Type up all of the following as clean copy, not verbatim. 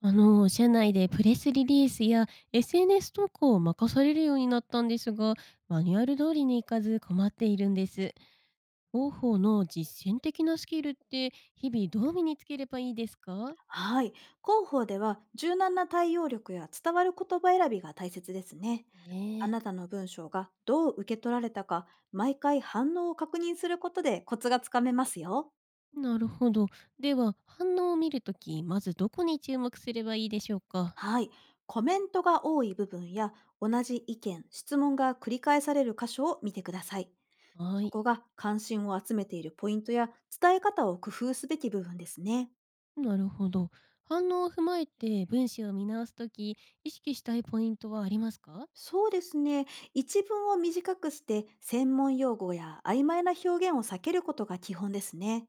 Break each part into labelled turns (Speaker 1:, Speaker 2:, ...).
Speaker 1: 社内でプレスリリースや SNS 投稿を任されるようになったんですが、マニュアル通りにいかず困っているんです。広報の実践的なスキルって日々どう身につければいいですか？
Speaker 2: はい。広報では柔軟な対応力や伝わる言葉選びが大切ですね。
Speaker 1: え
Speaker 2: あ
Speaker 1: え。
Speaker 2: なたの文章がどう受け取られたか、毎回反応を確認することでコツがつかめますよ。
Speaker 1: なるほど。では、反応を見るとき、まずどこに注目すればいいでしょうか？
Speaker 2: はい。コメントが多い部分や同じ意見、質問が繰り返される箇所を見てください。
Speaker 1: は
Speaker 2: そ
Speaker 1: い。
Speaker 2: こが関心を集めているポイントや伝え方を工夫すべき部分ですね。
Speaker 1: なるほど。反応を踏まえて文章を見直すとき、意識したいポイントはありますか？
Speaker 2: そうですね。一文を短くして、専門用語や曖昧な表現を避けることが基本ですね。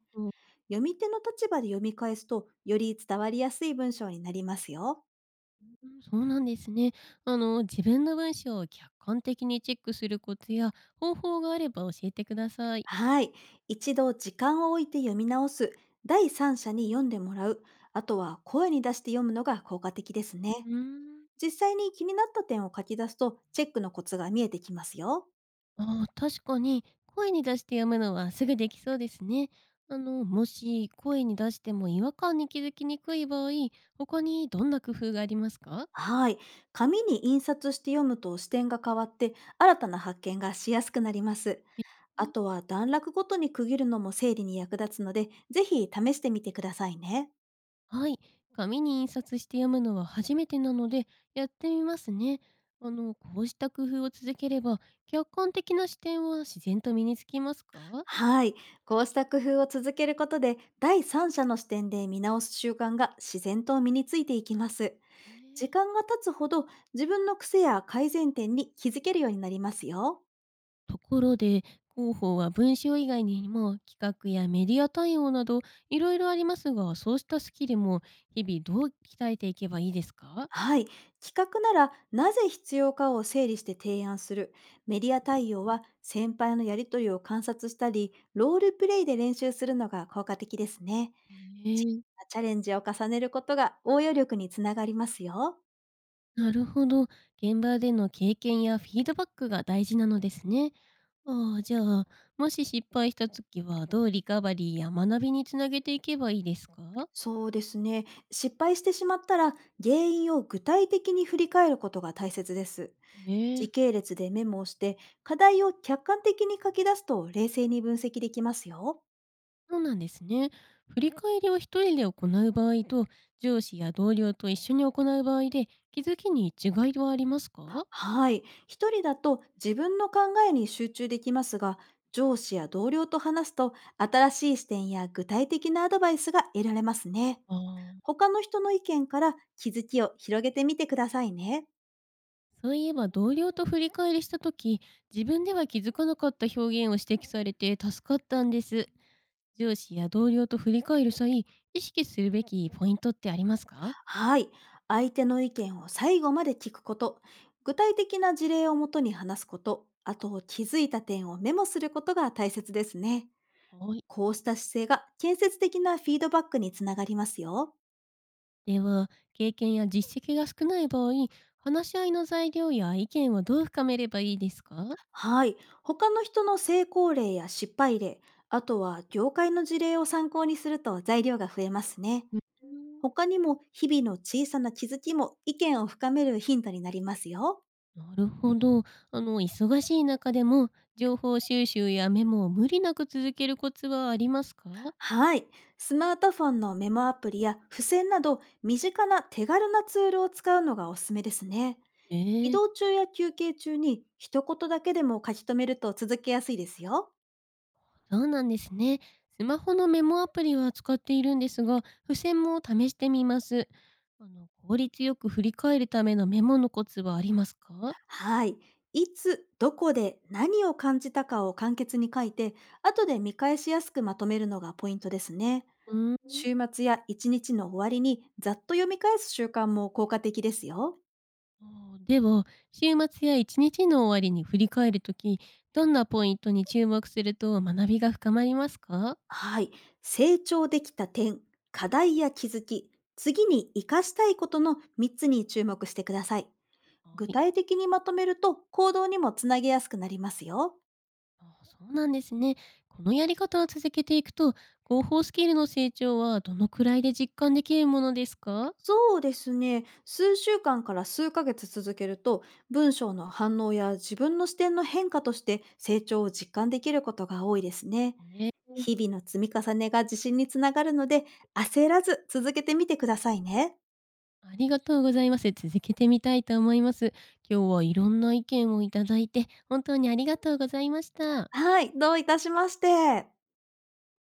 Speaker 2: 読み手の立場で読み返すと、より伝わりやすい文章になりますよ。
Speaker 1: うん、そうなんですね。自分の文章を客観的にチェックするコツや方法があれば教えてください。
Speaker 2: はい。一度時間を置いて読み直す。第三者に読んでもらう。あとは声に出して読むのが効果的ですね。
Speaker 1: うーん。
Speaker 2: 実際に気になった点を書き出すと、チェックのコツが見えてきますよ。
Speaker 1: ああ、確かに声に出して読むのはすぐできそうですね。もし声に出しても違和感に気づきにくい場合、他にどんな工夫がありますか？
Speaker 2: はい。紙に印刷して読むと視点が変わって、新たな発見がしやすくなります。あと
Speaker 1: え、
Speaker 2: は段落ごとに区切るのも整理に役立つので、ぜひ試してみてくださいね。
Speaker 1: はい、紙に印刷して読むのは初めてなのでやってみますね。こうした工夫を続ければ客観的な視点は自然と身につきますか？
Speaker 2: はい。こうした工夫を続けることで、第三者の視点で見直す習慣が自然と身についていきます。
Speaker 1: え
Speaker 2: 時
Speaker 1: え。
Speaker 2: 間が経つほど自分の癖や改善点に気づけるようになりますよ。
Speaker 1: ところで、広報は文章以外にも企画やメディア対応などいろいろありますが、そうしたスキルも日々どう鍛えていけばいいですか？
Speaker 2: はい。企画ならなぜ必要かを整理して提案する。メディア対応は先輩のやりとりを観察したり、ロールプレイで練習するのが効果的ですね。
Speaker 1: え
Speaker 2: 小さ
Speaker 1: え、
Speaker 2: なチャレンジを重ねることが応用力につながりますよ。
Speaker 1: なるほど。現場での経験やフィードバックが大事なのですね。ああ、じゃあ、もし失敗した時はどうリカバリーや学びにつなげていけばいいですか？
Speaker 2: そうですね。失敗してしまったら原因を具体的に振り返ることが大切です。
Speaker 1: ええ。
Speaker 2: 時系列でメモをして課題を客観的に書き出すと冷静に分析できますよ。
Speaker 1: そうなんですね。振り返りを一人で行う場合と、上司や同僚と一緒に行う場合で、気づきに違いはありますか？
Speaker 2: はい。一人だと自分の考えに集中できますが、上司や同僚と話すと新しい視点や具体的なアドバイスが得られますね。
Speaker 1: あー。
Speaker 2: 他の人の意見から気づきを広げてみてくださいね。
Speaker 1: そういえば同僚と振り返りした時自分では気づかなかった表現を指摘されて助かったんです。上司や同僚と振り返る際意識するべきポイントってありますか？
Speaker 2: はい。相手の意見を最後まで聞くこと、具体的な事例をもとに話すこと、あと気づいた点をメモすることが大切ですね。
Speaker 1: はい。
Speaker 2: こうした姿勢が建設的なフィードバックにつながりますよ。
Speaker 1: では経験や実績が少ない場合話し合いの材料や意見をどう深めればいいですか？
Speaker 2: はい。他の人の成功例や失敗例、あとは業界の事例を参考にすると材料が増えますね。
Speaker 1: うん。
Speaker 2: 他にも日々の小さな気づきも意見を深めるヒントになりますよ。
Speaker 1: なるほど。忙しい中でも、情報収集やメモを無理なく続けるコツはありますか？
Speaker 2: はい。スマートフォンのメモアプリや付箋など身近な手軽なツールを使うのがおすすめですね。
Speaker 1: え
Speaker 2: 移
Speaker 1: え、
Speaker 2: 動中や休憩中に一言だけでも書き留めると続けやすいですよ。
Speaker 1: そうなんですね。スマホのメモアプリは使っているんですが、付箋も試してみます。効率よく振り返るためのメモのコツはありますか？
Speaker 2: はい。いつ、どこで何を感じたかを簡潔に書いて、後で見返しやすくまとめるのがポイントですね。
Speaker 1: うん。
Speaker 2: 週末や一日の終わりにざっと読み返す習慣も効果的ですよ。
Speaker 1: あー、では、週末や一日の終わりに振り返るとき、どんなポイントに注目すると学びが深まりますか？
Speaker 2: はい。成長できた点、課題や気づき、次に活かしたいことの3つに注目してください。
Speaker 1: は
Speaker 2: 具
Speaker 1: い。
Speaker 2: 体的にまとめると行動にもつなげやすくなりますよ。
Speaker 1: ああ、そうなんですね。このやり方を続けていくと、広報スキルの成長はどのくらいで実感できるものですか？
Speaker 2: そうですね。数週間から数ヶ月続けると、文章の反応や自分の視点の変化として成長を実感できることが多いですね。
Speaker 1: ええ。
Speaker 2: 日々の積み重ねが自信につながるので、焦らず続けてみてくださいね。
Speaker 1: ありがとうございます。続けてみたいと思います。今日はいろんな意見をいただいて、本当にありがとうございました。
Speaker 2: はい、どういたしまして。